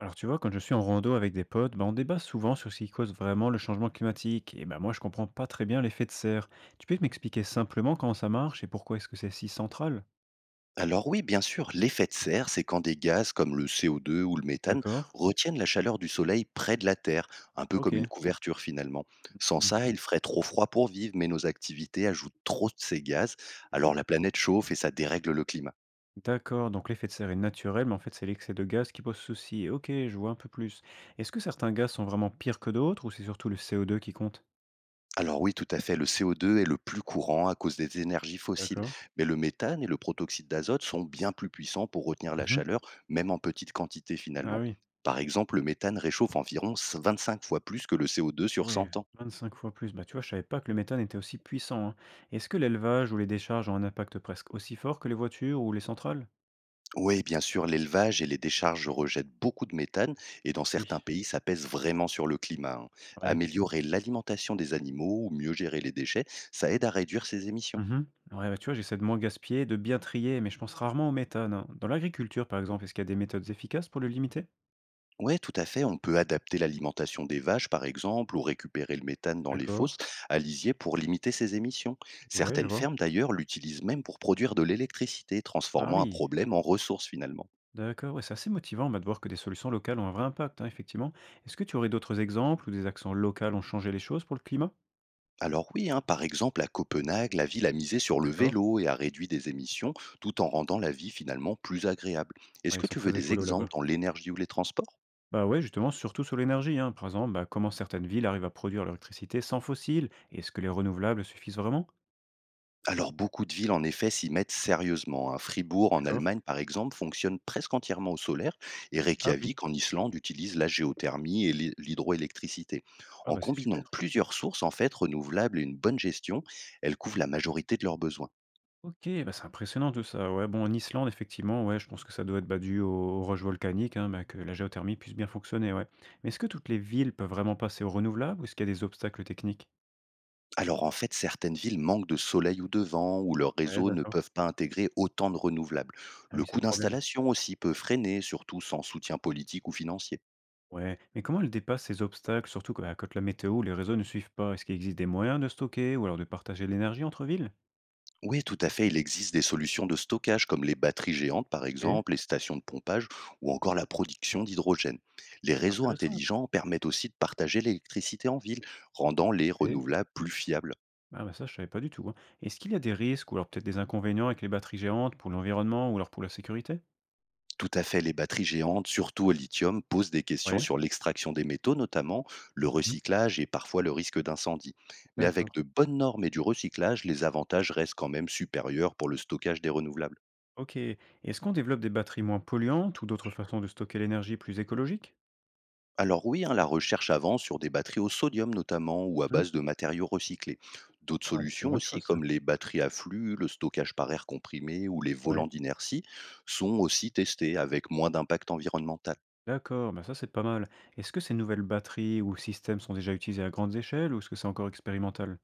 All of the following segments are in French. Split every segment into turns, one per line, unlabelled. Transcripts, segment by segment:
Alors tu vois, quand je suis en rando avec des potes, on débat souvent sur ce qui cause vraiment le changement climatique. Moi, je comprends pas très bien l'effet de serre. Tu peux m'expliquer simplement comment ça marche et pourquoi est-ce que c'est si central?
Alors oui, bien sûr, l'effet de serre, c'est quand des gaz comme le CO2 ou le méthane
D'accord.
retiennent la chaleur du soleil près de la Terre, un peu comme une
Ok.
couverture finalement. Sans
Hmm.
ça, il ferait trop froid pour vivre, mais nos activités ajoutent trop de ces gaz,
Mhm.
alors la planète chauffe et ça dérègle le climat.
D'accord, donc l'effet de serre est naturel, mais en fait c'est l'excès de gaz qui pose souci. Ok, je vois un peu plus. Est-ce que certains gaz sont vraiment pires que d'autres ou c'est surtout le CO2 qui compte?
Alors oui, tout à fait, le CO2 est le plus courant à cause des énergies fossiles,
D'accord.
mais le méthane et le protoxyde d'azote sont bien plus puissants pour retenir la
Mhm.
chaleur, même en petite quantité
Ah
finalement.
oui.
Par exemple, le méthane réchauffe environ 25 fois plus que le CO2
Ah
sur
ouais,
100 ans.
25 fois plus. Tu vois, je savais pas que le méthane était aussi puissant, hein. Est-ce que l'élevage ou les décharges ont un impact presque aussi fort que les voitures ou les centrales?
Oui, bien sûr, l'élevage et les décharges rejettent beaucoup de méthane et dans
Oui,
certains pays, ça pèse vraiment sur le climat, hein.
ouais.
Améliorer l'alimentation des animaux ou mieux gérer les déchets, ça aide à réduire ces émissions.
Mhm. Ouais, tu vois, j'essaie de moins gaspiller, de bien trier, mais je pense rarement au méthane, hein. Dans l'agriculture, par exemple, est-ce qu'il y a des méthodes efficaces pour le limiter?
Oui, tout à fait, on peut adapter l'alimentation des vaches, par exemple, ou récupérer le méthane dans les
D'accord.
fosses à lisier pour limiter ces émissions.
Ouais, je
Certaines
vois.
fermes, d'ailleurs, l'utilisent même pour produire de l'électricité,
Ah
transformant un
oui,
problème en ressource finalement.
d'accord. Ouais, c'est assez motivant de voir que des solutions locales ont un vrai impact, hein, effectivement. Est-ce que tu aurais d'autres exemples où des actions locales ont changé les choses pour le climat?
Alors oui, hein, par exemple à Copenhague, la ville a misé sur le
D'accord.
vélo et a réduit des émissions tout en rendant la vie finalement plus agréable. Est-ce
Ouais, ils
que
sont
tu veux
très
des
écolos
exemples
là-bas.
dans l'énergie ou les transports?
Bah ouais, justement, surtout sur l'énergie, hein. Par exemple, comment certaines villes arrivent à produire leur électricité sans fossiles? Et est-ce que les renouvelables suffisent vraiment?
Alors beaucoup de villes en effet s'y mettent sérieusement, hein. Fribourg en
D'accord.
Allemagne par exemple fonctionne presque entièrement au solaire et
Ah oui.
Reykjavik en Islande utilise la géothermie et l'hydroélectricité.
Ah
En
bah c'est
combinant
super.
plusieurs sources en fait renouvelables et une bonne gestion, elles couvrent la majorité de leurs besoins.
Ok, bah c'est impressionnant tout ça. Ouais, bon, en Islande, effectivement, ouais, je pense que ça doit être dû aux, aux roches volcaniques, hein, bah, que la géothermie puisse bien fonctionner, ouais. Mais est-ce que toutes les villes peuvent vraiment passer aux renouvelables ou est-ce qu'il y a des obstacles techniques?
Alors en fait, certaines villes manquent de soleil ou de vent, ou leurs
Ouais,
réseaux ne
d'accord.
peuvent pas intégrer autant de renouvelables.
Ah
Le
oui, c'est
coût
le problème.
d'installation aussi peut freiner, surtout sans soutien politique ou financier.
Ouais, mais comment elles dépassent ces obstacles, surtout que, quand la météo, les réseaux ne suivent pas? Est-ce qu'il existe des moyens de stocker ou alors de partager l'énergie entre villes?
Oui, tout à fait, il existe des solutions de stockage comme les batteries géantes par
Ok,
exemple, les stations de pompage ou encore la production d'hydrogène. Les
c'est
réseaux
intéressant.
intelligents permettent aussi de partager l'électricité en ville, rendant les
OK.
renouvelables plus fiables.
Ah bah, ça, je savais pas du tout, hein. Est-ce qu'il y a des risques ou alors peut-être des inconvénients avec les batteries géantes pour l'environnement ou alors pour la sécurité?
Tout à fait, les batteries géantes, surtout au lithium, posent des questions
Ouais.
sur l'extraction des métaux notamment, le
Mmh.
recyclage et parfois le risque d'incendie. Mais avec
D'accord.
de bonnes normes et du recyclage, les avantages restent quand même supérieurs pour le stockage des renouvelables.
OK. Est-ce qu'on développe des batteries moins polluantes ou d'autres façons de stocker l'énergie plus écologiques?
Alors oui, hein, la recherche avance sur des batteries au sodium notamment ou à
Mmh.
base de matériaux recyclés. D'autres
Ah bah, c'est une
solutions
bonne
aussi,
chose ça.
comme les batteries à flux, le stockage par air comprimé ou les volants
Ouais.
d'inertie, sont aussi testées avec moins d'impact environnemental.
D'accord, bah ça c'est pas mal. Est-ce que ces nouvelles batteries ou systèmes sont déjà utilisés à grande échelle ou est-ce que c'est encore expérimental?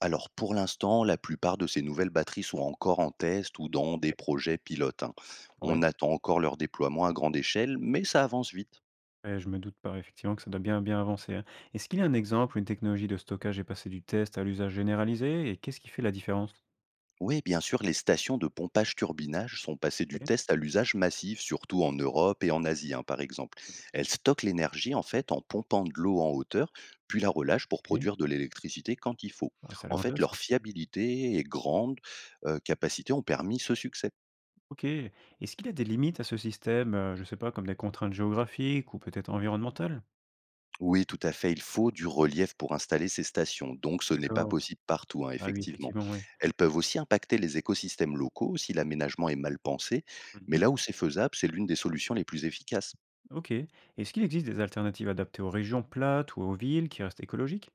Alors pour l'instant, la plupart de ces nouvelles batteries sont encore en test ou dans des
OK.
projets pilotes, hein. On
Ouais.
attend encore leur déploiement à grande échelle, mais ça avance vite.
Ouais, je me doute pas effectivement que ça doit bien avancer, hein. Est-ce qu'il y a un exemple où une technologie de stockage est passée du test à l'usage généralisé et qu'est-ce qui fait la différence?
Oui, bien sûr, les stations de pompage-turbinage sont passées du
OK.
test à l'usage massif, surtout en Europe et en Asie, hein, par exemple. Elles stockent l'énergie en fait en pompant de l'eau en hauteur, puis la relâchent pour
OK.
produire de l'électricité quand il faut.
Ah, ça a
En
l'air
fait, leur
intéressant.
fiabilité et grande capacité ont permis ce succès.
OK. Est-ce qu'il a des limites à ce système, je sais pas, comme des contraintes géographiques ou peut-être environnementales?
Oui, tout à fait. Il faut du relief pour installer ces stations, donc ce n'est pas
D'accord.
possible partout, hein,
Ah oui,
effectivement.
effectivement, oui.
Elles peuvent aussi impacter les écosystèmes locaux si l'aménagement est mal pensé, mais
Mmh.
là où c'est faisable, c'est l'une des solutions les plus efficaces.
OK. Est-ce qu'il existe des alternatives adaptées aux régions plates ou aux villes qui restent écologiques?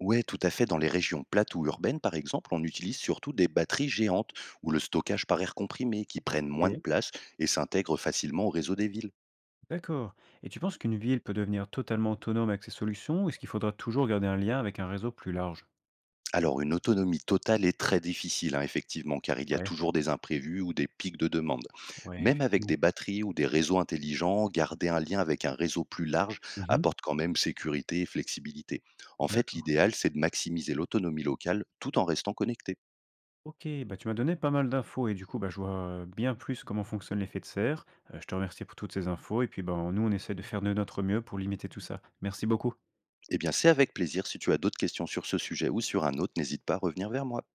Oui, tout à fait. Dans les régions plates ou urbaines, par exemple, on utilise surtout des batteries géantes ou le stockage par air comprimé qui prennent moins de
Et
place et s'intègrent facilement au réseau des villes.
d'accord. Et tu penses qu'une ville peut devenir totalement autonome avec ces solutions ou est-ce qu'il faudra toujours garder un lien avec un réseau plus large?
Alors une autonomie totale est très difficile, hein, effectivement, car il y a
Ouais,
toujours des imprévus ou des pics de demande.
ouais,
Même avec des
effectivement.
batteries ou des réseaux intelligents, garder un lien avec un réseau plus large
Mmh.
apporte quand même sécurité et flexibilité. En fait,
D'accord.
l'idéal, c'est de maximiser l'autonomie locale tout en restant connecté.
Ok, bah tu m'as donné pas mal d'infos et du coup, bah, je vois bien plus comment fonctionne l'effet de serre. Je te remercie pour toutes ces infos et puis bah, nous, on essaie de faire de notre mieux pour limiter tout ça. Merci beaucoup.
Eh bien, c'est avec plaisir. Si tu as d'autres questions sur ce sujet ou sur un autre, n'hésite pas à revenir vers moi.